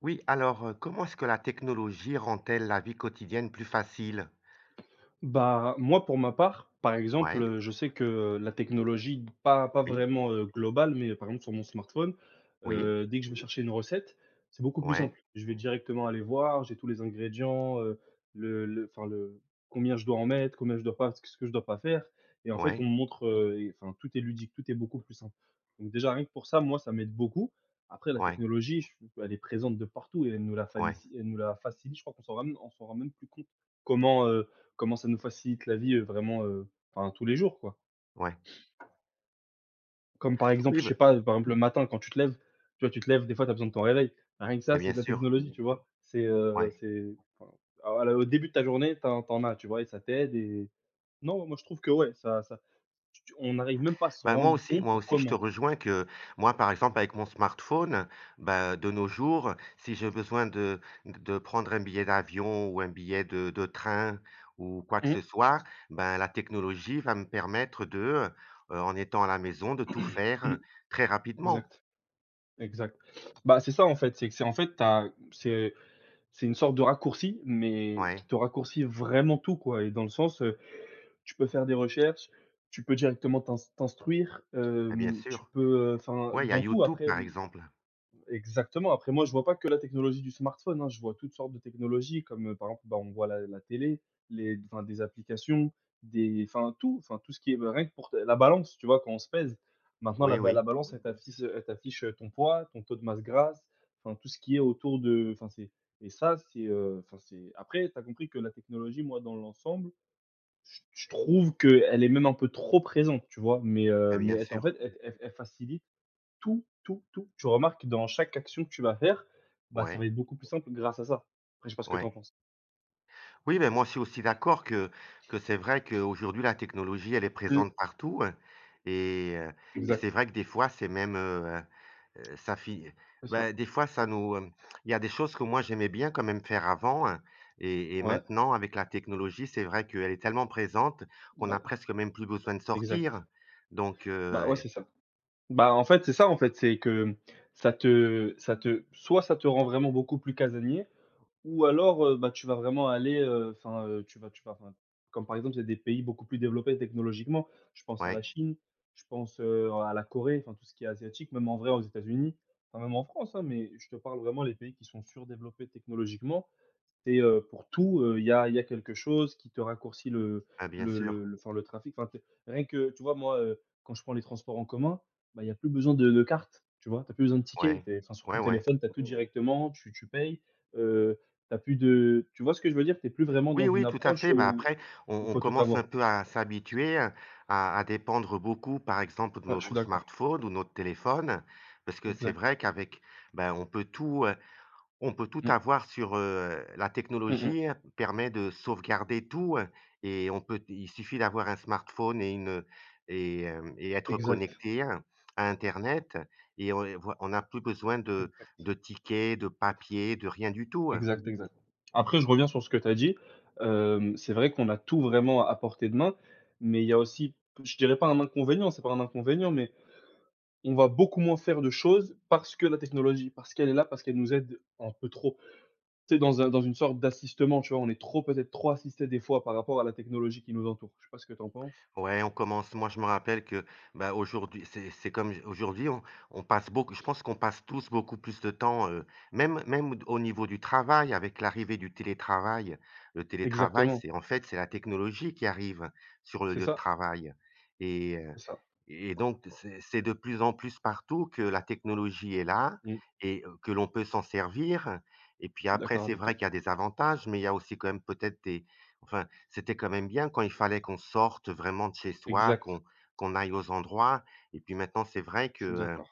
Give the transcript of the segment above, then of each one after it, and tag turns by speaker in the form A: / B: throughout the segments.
A: Oui, alors, comment est-ce que la technologie rend-elle la vie quotidienne plus facile?
B: Bah, moi, pour ma part, par exemple,
A: Ouais,
B: je sais que la technologie, pas
A: oui,
B: vraiment, globale, mais par exemple sur mon smartphone,
A: oui,
B: dès que je veux chercher une recette, c'est beaucoup plus
A: ouais,
B: simple. Je vais directement aller voir, j'ai tous les ingrédients, le enfin le combien je dois en mettre, combien je dois pas ce que je dois pas faire et en fait, on me
A: ouais,
B: montre, et enfin tout est ludique, tout est beaucoup plus simple. Donc déjà, rien que pour ça, moi, ça m'aide beaucoup. Après la
A: ouais,
B: technologie, je elle est présente de partout et
A: ouais,
B: elle nous la facilite. Je crois qu'on s'en rend même on s'en rend même plus compte comment, comment ça nous facilite la vie, vraiment, enfin tous les jours, quoi.
A: ouais.
B: Comme par
A: Oui,
B: exemple, je
A: bah
B: sais pas, par exemple le matin quand tu te lèves, tu vois, tu te lèves, des fois tu as besoin de ton réveil. Rien que
A: bah,
B: ça, c'est
A: bien
B: de la
A: sûr,
B: technologie. Mmh. Tu vois?
A: ouais.
B: C'est enfin, à la au début de ta journée, t'en en as, tu vois? Et ça t'aide et non, moi je trouve que ouais, ça tu on n'arrive même pas à se
A: Bah, moi
B: rendre
A: aussi
B: compte
A: moi
B: de
A: aussi je te
B: comment.
A: rejoins que moi, par exemple, avec mon smartphone, bah, de nos jours, si j'ai besoin de prendre un billet d'avion ou un billet de train ou quoi que
B: Mmh,
A: ce soit, ben, la technologie va me permettre de, en étant à la maison, de tout faire,
B: mmh,
A: très rapidement.
B: exact, exact. Bah, c'est ça en fait, c'est que c'est en fait, t'as c'est c'est une sorte de raccourci, mais
A: Ouais.
B: qui te raccourcit vraiment tout, quoi et dans le sens, tu peux faire des recherches, tu peux directement t'instruire,
A: Ah, bien
B: tu
A: sûr.
B: peux, enfin,
A: Ouais, il y a
B: dans tout
A: YouTube,
B: après,
A: par
B: mmh
A: exemple.
B: exactement. Après moi, je vois pas que la technologie du smartphone, hein, je vois toutes sortes de technologies comme, par exemple, bah, on voit la télé, les enfin, des applications, des enfin, tout ce qui est bah, rien que pour t la balance, tu vois? Quand on se pèse, maintenant
A: Oui,
B: la
A: oui.
B: balance, elle t'affiche, ton poids, ton taux de masse grasse, enfin, tout ce qui est autour de enfin, c'est et ça, c'est, enfin, c'est après tu as compris que la technologie, moi, dans l'ensemble je trouve qu'elle est même un peu trop présente, tu vois?
A: Ah,
B: Mais
A: bien
B: en
A: sûr.
B: fait, elle facilite tout, tout, tout. Tu remarques que dans chaque action que tu vas faire, bah, ça
A: Ouais,
B: va être beaucoup plus simple grâce à ça. Après, je sais pas ce que tu
A: ouais.
B: en penses?
A: Oui, mais moi, je suis aussi d'accord que c'est vrai qu'aujourd'hui, la technologie, elle est
B: Mmh,
A: présente partout, hein, et heu et c'est
B: exact,
A: vrai que des fois, c'est même, ça fi
B: c'est ça.
A: ben des fois, ça nous, il y a des choses que moi, j'aimais bien quand même faire avant, hein, et
B: Ouais,
A: maintenant, avec la technologie, c'est vrai qu'elle est tellement présente qu'on a
B: bah,
A: presque même plus besoin de sortir.
B: exact.
A: Donc
B: Bah, ouais, c'est ça. Bah, en fait, c'est ça, en fait, c'est que ça te rend vraiment beaucoup plus casanier. Ou alors, bah, tu vas vraiment aller, enfin, tu vas enfin, comme par exemple, il y a des pays beaucoup plus développés technologiquement. Je pense à
A: ouais.
B: la Chine, je pense, à la Corée, enfin tout ce qui est asiatique, même en vrai aux États-Unis, enfin même en France, hein, mais je te parle vraiment les pays qui sont surdéveloppés technologiquement. C'est, pour tout, il y a quelque chose qui te raccourcit
A: Ah, bien sûr.
B: le trafic. Enfin, tu rien que tu vois, moi, quand je prends les transports en commun, bah, il y a plus besoin de carte, tu vois? Tu as plus besoin de ticket.
A: Ouais.
B: Tu Enfin, sur
A: Ouais,
B: ton
A: ouais.
B: téléphone, tu as tout directement, tu payes, heu, tu plus de tu vois ce que je veux dire? Tu es plus vraiment
A: Oui,
B: dans une
A: oui, tout à
B: approche
A: fait. Bah,
B: où
A: après, on
B: où
A: on
B: faut tout
A: commence
B: avoir.
A: un peu à s'habituer, hein, à dépendre beaucoup, par exemple, de
B: Ouais, je Mmh. suis
A: notre
B: d'accord.
A: smartphone ou notre téléphone. Parce que c'est
B: Exact.
A: vrai qu'avec ben, on peut tout
B: Mmh.
A: avoir sur, la
B: Mmh mh. Ouais,
A: technologie, hein, permet de sauvegarder tout, hein, et on peut il suffit d'avoir un smartphone et une et être
B: exact,
A: connecté, hein, à internet et on a plus besoin de
B: exact.
A: de tickets, de papier, de rien du tout. Hein.
B: Exact, exact. Après, je reviens sur ce que tu as dit. C'est vrai qu'on a tout vraiment à portée de main, mais il y a aussi, je dirais pas un inconvénient, c'est pas un inconvénient, mais on va beaucoup moins faire de choses parce que la technologie, parce qu'elle est là, parce qu'elle nous aide un peu trop. Tu sais, dans une sorte d'assistement, tu vois? On est trop peut-être trop assisté des fois par rapport à la technologie qui nous entoure. Je sais pas ce que tu en penses?
A: Ouais, on commence moi je me rappelle que, bah, aujourd'hui c'est comme j aujourd'hui on passe beaucoup je pense qu'on passe tous beaucoup plus de temps, même au niveau du travail avec l'arrivée du télétravail. Le télétravail,
B: Exactement,
A: c'est en fait, c'est la technologie qui arrive sur le
B: c'est
A: lieu de
B: ça,
A: travail et
B: c'est ça.
A: et donc c'est de plus en plus partout que la technologie est là
B: Mmh,
A: et que l'on peut s'en servir et puis
B: je suis
A: après
B: d'accord
A: c'est
B: avec
A: vrai
B: toi.
A: qu'il y a des avantages, mais il y a aussi quand même peut-être des enfin, c'était quand même bien quand il fallait qu'on sorte vraiment de chez soi,
B: Exact,
A: qu'on aille aux endroits et puis maintenant c'est vrai que,
B: je suis d'accord.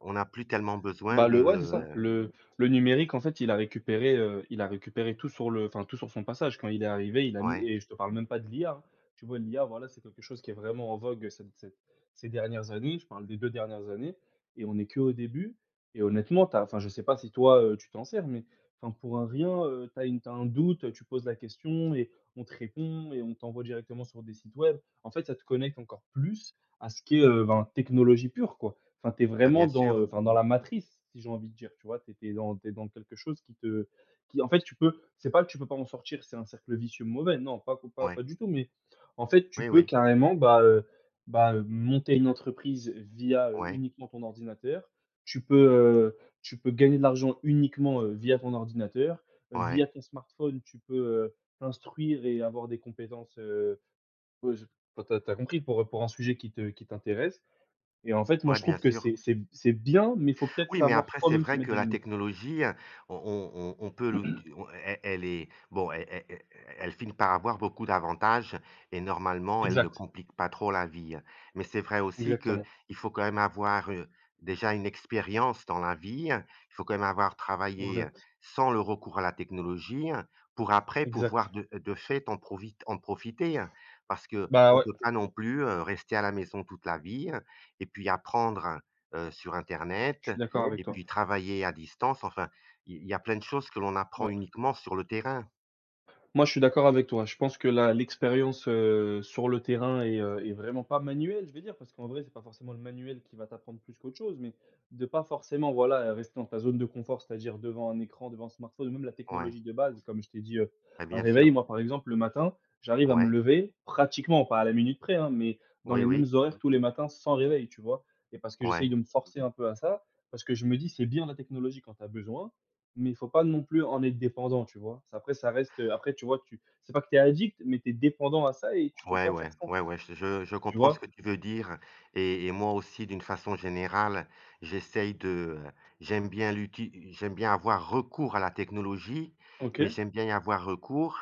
A: on n'a plus tellement besoin
B: Bah,
A: de,
B: le ouais, c'est Ouais. ça. Le numérique, en fait, il a récupéré tout sur le enfin, tout sur son passage. Quand il est arrivé, il a mis
A: ouais,
B: et je te parle même pas de l'IA, hein. Tu vois, l'IA, voilà, c'est quelque chose qui est vraiment en vogue cette ces dernières années. Je parle des 2 dernières années et on n'est que au début et honnêtement, tu enfin, je sais pas si toi, tu t'en sers, mais enfin, pour un rien, tu une t'as un doute, tu poses la question et on te répond et on t'envoie directement sur des sites web. En fait, ça te connecte encore plus à ce qu'est, ben, technologie pure, quoi. Enfin, tu es
A: bah, bien
B: vraiment dans,
A: sûr,
B: enfin, dans la matrice, si j'ai envie de dire, tu vois? Tu es dans T'es dans quelque chose qui en fait, tu peux c'est pas que tu peux pas en sortir, c'est un cercle vicieux mauvais, non, pas pas
A: ouais,
B: pas du tout, mais en fait, tu
A: oui,
B: peux
A: oui,
B: carrément, monter une entreprise via,
A: ouais,
B: uniquement ton ordinateur. Tu peux, heu, tu peux gagner de l'argent uniquement, via ton ordinateur. Via
A: ouais,
B: ton smartphone, tu peux, t'instruire et avoir des compétences, ouais, je enfin, tu compris pour un sujet qui t'intéresse. Et en fait, moi,
A: ouais,
B: je
A: bien
B: trouve que
A: sûr.
B: c'est c'est bien, mais il faut peut-être
A: Oui, mais
B: savoir
A: après, c'est
B: soi-même se
A: vrai que
B: mettre des
A: la
B: limites.
A: technologie, hein, on peut l'out on elle elle est bon, elle finit par avoir beaucoup d'avantages et normalement, elle ne
B: Exact,
A: complique pas trop la vie. Hein. Mais c'est vrai aussi que
B: exactement,
A: il faut quand même avoir, déjà une expérience dans la vie. Hein. Il faut quand même avoir
B: Ouais.
A: travaillé,
B: exact,
A: sans le recours à la technologie, hein, pour après pouvoir
B: exact.
A: de fait en profiter. Hein. Parce que
B: Bah,
A: on
B: ouais,
A: peut pas non plus, rester à la maison toute la vie, hein, et puis apprendre, hein, sur internet
B: je suis d'accord Ouais. avec
A: et
B: toi.
A: puis travailler à distance, enfin, il y a plein de choses que l'on apprend
B: Ouais.
A: uniquement sur le terrain.
B: Moi, je suis d'accord avec toi. Je pense que la l'expérience, sur le terrain est, est vraiment pas manuelle, je vais dire, parce qu'en vrai, c'est pas forcément le manuel qui va t'apprendre plus qu'autre chose, mais de pas forcément, voilà, rester dans ta zone de confort, c'est-à-dire devant un écran, devant un smartphone, ou même la
A: Ouais,
B: technologie de base, comme je t'ai dit,
A: bah,
B: un
A: bien
B: réveil.
A: sûr.
B: Moi, par exemple, le matin, j'arrive à me
A: Ouais.
B: lever pratiquement, pas à la minute près, hein, mais dans
A: Oui,
B: les mêmes
A: oui.
B: horaires Mmh. tous les matins sans réveil, tu vois? Et parce que j'essaye
A: Ouais.
B: de me Mmh forcer un peu à ça, parce que je me dis: «C'est bien la technologie quand tu as besoin». Mais il faut pas non plus en être dépendant, tu vois? Ça après ça reste, après tu vois, tu c'est pas que tu es addict, mais tu es dépendant à ça et tu peux
A: Ouais,
B: pas
A: ouais,
B: faire sans,
A: ouais, ouais, je
B: tu
A: comprends ce que
B: vois?
A: tu veux dire et moi aussi d'une façon générale, j'essaye de, euh, j'aime bien avoir recours à la technologie, mais
B: OK,
A: j'aime bien y avoir recours,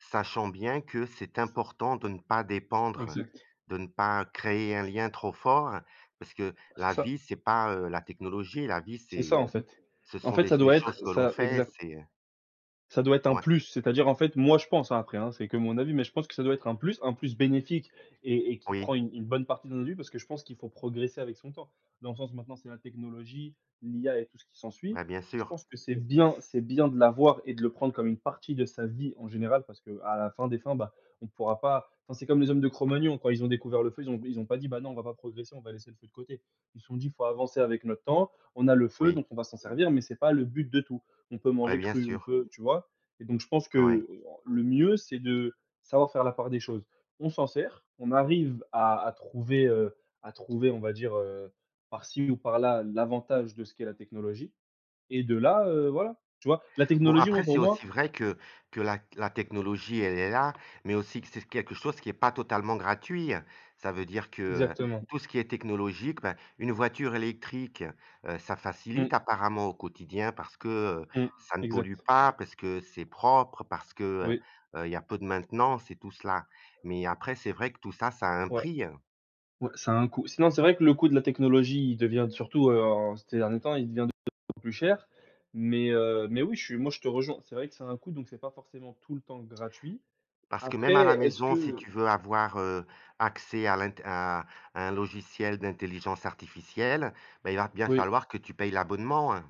A: sachant bien que c'est important de ne pas dépendre,
B: exact.
A: de ne pas créer un lien trop fort, parce que
B: C'est
A: la
B: ça,
A: vie, c'est pas, la technologie, la vie,
B: c'est ça
A: c'est,
B: en fait.
A: ce
B: En
A: sont
B: fait,
A: des
B: ça
A: les
B: doit être
A: choses que l'on
B: ça
A: fait,
B: exact.
A: c'est,
B: Ça doit être un
A: ouais,
B: plus, c'est-à-dire, en fait, moi, je pense, hein, après, hein, c'est que mon avis, mais je pense que ça doit être un plus bénéfique et qui
A: oui,
B: prend une bonne partie de notre vie parce que je pense qu'il faut progresser avec son temps. Dans le sens, maintenant, c'est la technologie, l'IA et tout ce qui s'ensuit.
A: bah, bien
B: Je
A: sûr,
B: pense que c'est bien de l'avoir et de le prendre comme une partie de sa vie en général parce que à la fin des fins, bah, on pourra pas enfin, c'est comme les hommes de Cro-Magnon, quand ils ont découvert le feu, ils ont pas dit: «Bah, non, on va pas progresser, on va laisser le feu de côté». Ils se sont dit: «Il faut avancer avec notre temps, on a le feu,
A: oui,
B: donc on va s'en servir, mais c'est pas le but de tout». On peut
A: ouais,
B: manger
A: bien
B: cru, on
A: sûr,
B: peut tu vois? Et donc je pense que
A: ouais.
B: le mieux, c'est de savoir faire la part des choses. On s'en sert, on arrive à trouver, on va dire, par-ci ou par-là, l'avantage de ce qu'est la technologie et de là, voilà, tu vois? La
A: Bon,
B: technologie,
A: après,
B: moi,
A: c'est
B: pour
A: aussi
B: moi
A: vrai que la technologie, elle est là, mais aussi que c'est quelque chose qui est pas totalement gratuit. Ça veut dire que, heu,
B: exactement.
A: tout ce qui est technologique, ben, une voiture électrique, ça facilite
B: Mmh,
A: apparemment au quotidien parce que,
B: mmh,
A: ça ne pollue
B: exact.
A: pas, parce que c'est propre, parce que,
B: Oui,
A: il y a peu de maintenance et tout cela. Mais après, c'est vrai que tout ça, ça a un
B: ouais.
A: prix.
B: Ouais, ça a un coût. Sinon, c'est vrai que le coût de la technologie, il devient surtout, en ces derniers temps, il devient de plus en plus cher. Mais oui, je suis moi, je te rejoins. C'est vrai que c'est un coût, donc c'est pas forcément tout le temps gratuit.
A: Parce que même à la
B: Après, est-ce
A: maison, si
B: que
A: tu veux avoir, accès à l'int à un logiciel d'intelligence artificielle, bah, il va bien
B: oui.
A: falloir que tu payes l'abonnement, hein.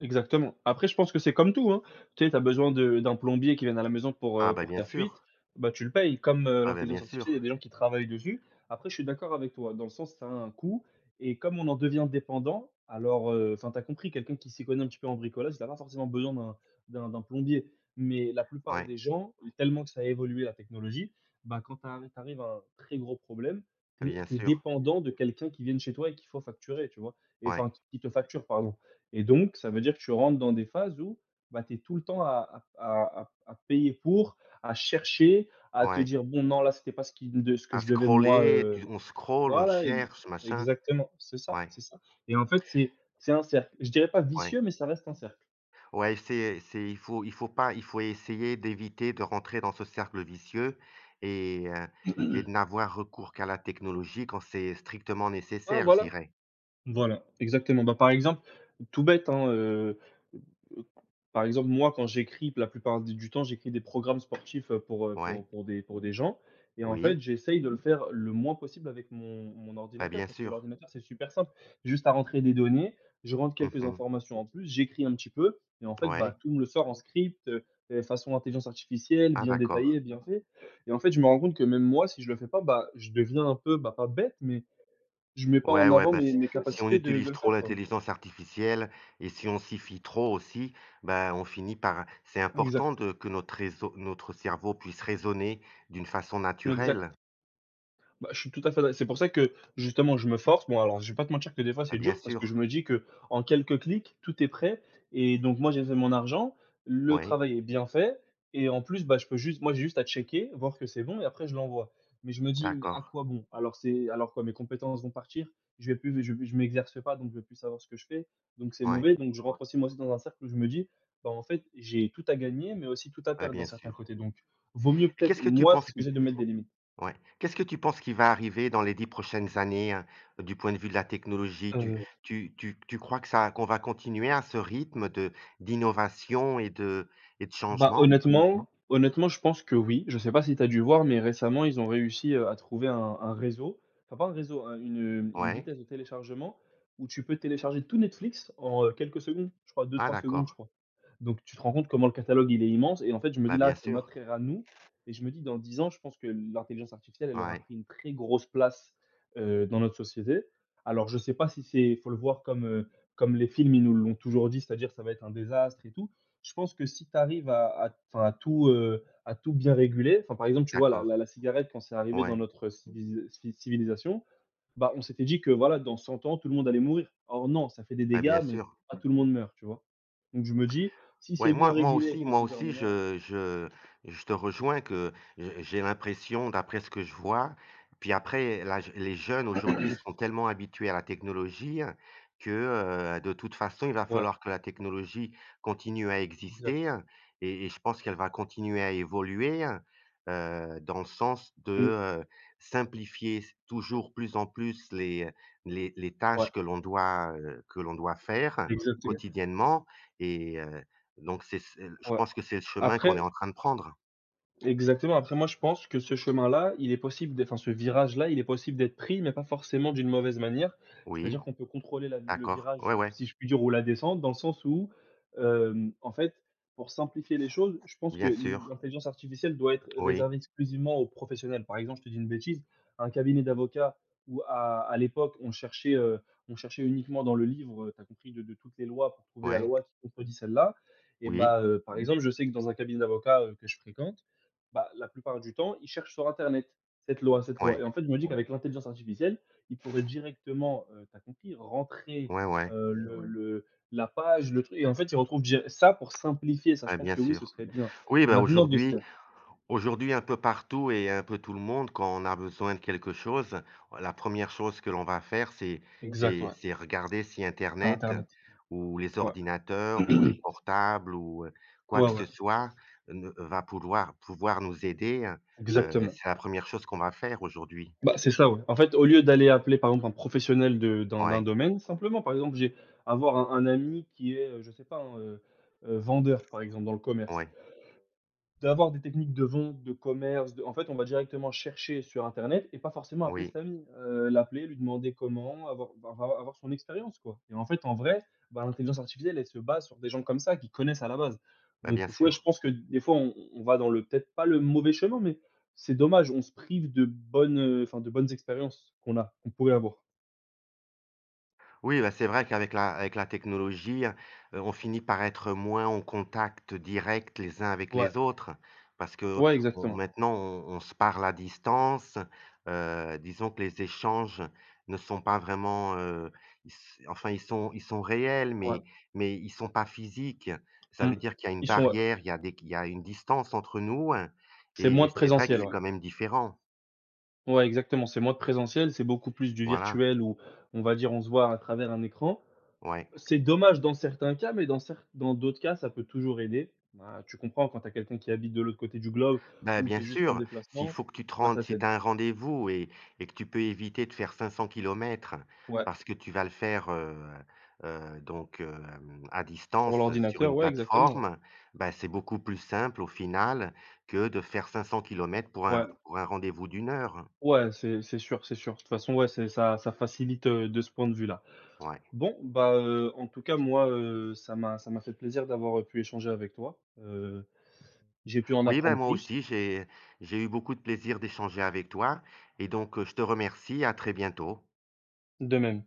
B: Exactement. Après, je pense que c'est comme tout, hein. Tu sais, tu as besoin de d'un plombier qui vienne à la maison
A: Ah, ben,
B: pour
A: bien
B: ta fuite,
A: sûr.
B: bah, tu le payes. Comme,
A: Ah, ben, bien
B: l'intelligence artificielle, il
A: sûr.
B: y a des gens qui travaillent dessus. Après, je suis d'accord avec toi, dans le sens, ça a un coût et comme on en devient dépendant, enfin, tu as compris, quelqu'un qui s'y connaît un petit peu en bricolage, il a pas forcément besoin d'un d'un plombier. Mais la plupart
A: Ouais,
B: des gens, tellement que ça a évolué la technologie, bah, quand tu arrives à un très gros problème,
A: ah,
B: tu
A: bien
B: tu es
A: sûr.
B: dépendant de quelqu'un qui vienne chez toi et qu'il faut facturer, tu vois? Et
A: Ouais,
B: enfin, qui te facture, pardon. Et donc, ça veut dire que tu rentres dans des phases où, bah, tu es tout le temps à payer pour, à chercher, à te
A: ouais.
B: dire: «Bon, non, là, c'était pas ce qui de ce que
A: À
B: je devais moi,
A: scroller, tu
B: heu»
A: on scrolle, on
B: Voilà, ex
A: cherche, machin.
B: exactement, c'est ça,
A: Ouais,
B: c'est ça. Et en fait, c'est un cercle. Je dirais pas
A: ouais.
B: vicieux, mais ça reste un cercle.
A: Ouais, c'est il faut pas il faut essayer d'éviter de rentrer dans ce cercle vicieux et heu et de n'avoir recours qu'à la technologie quand c'est strictement
B: Ah,
A: nécessaire, je
B: voilà.
A: dirais.
B: Voilà, exactement. Bah, par exemple, tout bête, par exemple, moi, quand j'écris, la plupart d du temps, j'écris des programmes sportifs, pour,
A: Ouais,
B: pour des gens, et en
A: oui.
B: fait, j'essaye de le faire le moins possible avec mon
A: Bah,
B: ordinateur
A: bien
B: parce que
A: sûr.
B: l'ordinateur, c'est super simple. Juste à rentrer des données, je rentre quelques
A: Mmh.
B: informations en plus, j'écris un petit peu et en fait,
A: Ouais.
B: bah, tout me le sort en script, façon intelligence artificielle,
A: Ah,
B: bien
A: d'accord.
B: détaillé, bien fait, et en fait, je me rends compte que même moi, si je le fais pas, bah, je deviens un peu, bah, pas bête, mais je mets pas
A: Ouais,
B: en
A: ouais,
B: avant
A: bah,
B: mes
A: si
B: mes
A: si on
B: capacités de
A: utilise
B: le
A: trop
B: faire, quoi.
A: l'intelligence artificielle et si on s'y fie trop aussi, bah, on finit par c'est important
B: Exact,
A: de que notre cerveau puisse raisonner d'une façon naturelle.
B: exact. Bah, je suis tout à fait d'ac c'est pour ça que justement je me force. Bon, alors je vais pas te mentir que des fois
A: Bah,
B: c'est
A: bien
B: dur parce que je
A: sûr.
B: me dis que en quelques clics, tout est prêt et donc moi j'ai fait mon argent, le
A: Oui,
B: travail est bien fait et en plus, bah, je peux juste moi j'ai juste à checker, voir que c'est bon et après je l'envoie. Mais je me dis: «Mais à
A: d'accord.
B: quoi bon?» Alors c'est alors quoi? Mes compétences vont partir, je m'exerce pas donc je vais plus savoir ce que je fais, donc c'est
A: Ouais,
B: mauvais. Donc je rentre aussi moi aussi dans un cercle où je me dis: «Bah, en fait, j'ai tout à gagner mais aussi tout à
A: bah,
B: perdre d'un
A: bien
B: certain
A: sûr.
B: côté». Donc vaut mieux
A: Et
B: peut-être
A: qu'est-ce que tu
B: moi, c'est
A: penses
B: ce que
A: qui
B: j'essaie de mettre des limites.
A: ouais. Qu'est-ce que tu penses qui va arriver dans les 10 prochaines années, hein, du point de vue de la technologie? Tu
B: Heu
A: tu tu tu crois que ça qu'on va continuer à ce rythme de d'innovation et de
B: Bah,
A: changement?
B: honnêtement, je pense que oui. Je sais pas si tu as dû voir, mais récemment, ils ont réussi, à trouver un réseau, enfin pas un réseau, une
A: Ouais.
B: vitesse de téléchargement où tu peux télécharger tout Netflix en, quelques secondes. Je crois 2
A: Ah,
B: 3 secondes, je
A: d'accord.
B: crois. Donc tu te rends compte comment le catalogue, il est immense et en fait, je me dis:
A: Bah,
B: «Là,
A: bien
B: c'est notre
A: sûr.
B: ère à nous», et je me dis: «Dans 10 ans, je pense que l'intelligence artificielle, elle aura
A: Ouais.
B: pris une très grosse place, dans notre société». Alors je sais pas si c'est faut le voir comme comme les films, ils nous l'ont toujours dit, c'est-à-dire ça va être un désastre et tout. Je pense que si tu arrives à, 'fin, à tout bien réguler, enfin, par exemple, tu vois, la,
A: D'accord.
B: la cigarette, quand c'est arrivé dans
A: Ouais.
B: notre civilisation, bah, on s'était dit que voilà, dans 100 ans, tout le monde allait mourir. Or, non, ça fait des
A: Bah, bien
B: dégâts, mais
A: sûr.
B: pas tout le monde meurt, tu vois. Donc, je me dis, si
A: Ouais,
B: c'est bien
A: moi moi
B: régulé avec
A: aussi
B: le
A: moi aussi
B: gouvernement.
A: je te rejoins que j'ai l'impression, d'après ce que je vois, puis après la je les jeunes aujourd'hui sont tellement habitués à la technologie, hein, que, de toute façon, il va
B: Ouais,
A: falloir que la technologie continue à exister,
B: exact.
A: hein, et je pense qu'elle va continuer à évoluer, dans le sens de,
B: Mm,
A: heu, simplifier s toujours plus en plus les les tâches
B: ouais,
A: que l'on doit faire
B: exactement.
A: quotidiennement et donc c'est je
B: Ouais.
A: pense que c'est le chemin qu'on est
B: Après,
A: en train de prendre.
B: exactement. Après, moi, je pense que ce chemin-là, il est possible d'être enfin, ce virage-là, il est possible d'être pris, mais pas forcément d'une mauvaise manière.
A: Oui,
B: C'est-à-dire qu'on peut contrôler la le
A: d'accord.
B: virage,
A: Ouais, ouais,
B: si je puis dire, ou la descente, dans le sens où, en fait, pour simplifier les choses, je pense que
A: bien sûr.
B: l'intelligence artificielle doit être
A: Oui,
B: réservée exclusivement aux professionnels. Par exemple, je te dis une bêtise, un cabinet d'avocats où à l'époque, on on cherchait uniquement dans le livre, tu as compris, de toutes les lois pour trouver la
A: ouais,
B: loi qui contredit celle-là, et
A: oui,
B: bah, par exemple, je sais que dans un cabinet d'avocats, que je fréquente, bah, la plupart du temps, ils cherchent sur internet, cette loi, cette loi. Et
A: ouais,
B: en fait, je me dis, Ouais, qu'avec l'intelligence artificielle, ils pourraient directement, tu compris, rentrer,
A: ouais, ouais.
B: le Ouais, le la page, le truc, et en fait, ils retrouvent dir ça. Pour simplifier ça, je
A: Ouais,
B: pense
A: bien
B: que oui, ce
A: sûr.
B: serait bien.
A: Oui, bah,
B: Maintenant de se
A: aujourd'hui un peu partout et un peu tout le monde, quand on a besoin de quelque chose, la première chose que l'on va faire, c'est
B: Exact,
A: c'est
B: ouais,
A: c'est regarder si
B: par, Ouais,
A: internet
B: internet.
A: ou les
B: Ouais.
A: ordinateurs ou les portables ou, quoi
B: Ouais,
A: que ce
B: ouais,
A: soit ne va pouvoir nous aider,
B: exactement.
A: c'est la première chose qu'on va faire aujourd'hui.
B: Bah, c'est ça, ouais. En fait, au lieu d'aller appeler, par exemple, un professionnel de d'un d'un
A: Ouais.
B: domaine, simplement, par exemple, j'ai avoir un ami qui est, je sais pas, un vendeur, par exemple, dans le commerce.
A: Ouais,
B: D'avoir des techniques de vente, de commerce, de en fait, on va directement chercher sur internet et pas forcément appeler
A: oui,
B: cet ami. L'appeler, lui demander comment, avoir son expérience, quoi, et en fait, en vrai, bah, l'intelligence artificielle, elle se base sur des gens comme ça qui connaissent à la base.
A: bah, bien
B: Donc ouais, je
A: sûr.
B: pense que des fois, on va dans le peut-être pas le mauvais chemin, mais c'est dommage, on se prive de bonnes, enfin, de bonnes expériences qu'on pourrait avoir.
A: Oui, bah, c'est vrai qu'avec la technologie, hein, on finit par être moins en contact direct les uns avec
B: Ouais,
A: les autres parce que
B: ouais,
A: on
B: exactement.
A: maintenant on se parle à distance, disons que les échanges ne sont pas vraiment, ils s enfin ils sont réels
B: Ouais,
A: mais ils sont pas physiques. Ça
B: mmh.
A: veut dire qu'il y a une
B: Ils Bah, sont ouais,
A: barrière, il y a une distance entre nous, hein,
B: c'est
A: et
B: moins
A: et
B: de
A: c'est vrai que
B: présentiel,
A: c'est
B: ouais.
A: quand même différent.
B: Ouais, exactement, c'est moins de présentiel, c'est beaucoup plus du
A: Voilà,
B: virtuel où, on va dire, on se voit à travers un écran.
A: ouais.
B: C'est dommage dans certains cas, mais dans cer dans d'autres cas, ça peut toujours aider. Bah, tu comprends quand tu as quelqu'un qui habite de l'autre côté du globe
A: Bah,
B: ou
A: bien
B: qui est juste en
A: sûr, s'il
B: déplacement,
A: faut que tu te
B: là,
A: rendes
B: ça
A: si tu
B: t'aide.
A: as un rendez-vous et que tu peux éviter de faire 500 kilomètres
B: Ouais,
A: parce que tu vas le faire, donc à
B: sur
A: distance, sur
B: l'ordinateur,
A: une
B: ouais, exactement, ouais.
A: plateforme, bah, c'est beaucoup plus simple au final que de faire 500 kilomètres pour un
B: Ouais,
A: pour un rendez-vous d'une heure.
B: ouais, c'est sûr, c'est sûr. De toute façon, ouais, c'est ça, ça facilite, de ce point de vue-là.
A: Ouais.
B: Bon, bah, en tout cas, moi, ça m'a fait plaisir d'avoir, pu échanger avec toi. J'ai pu en
A: Oui, ben,
B: apprendre
A: moi
B: plus.
A: aussi, j'ai eu beaucoup de plaisir d'échanger avec toi et donc, je te remercie, à très bientôt.
B: De même.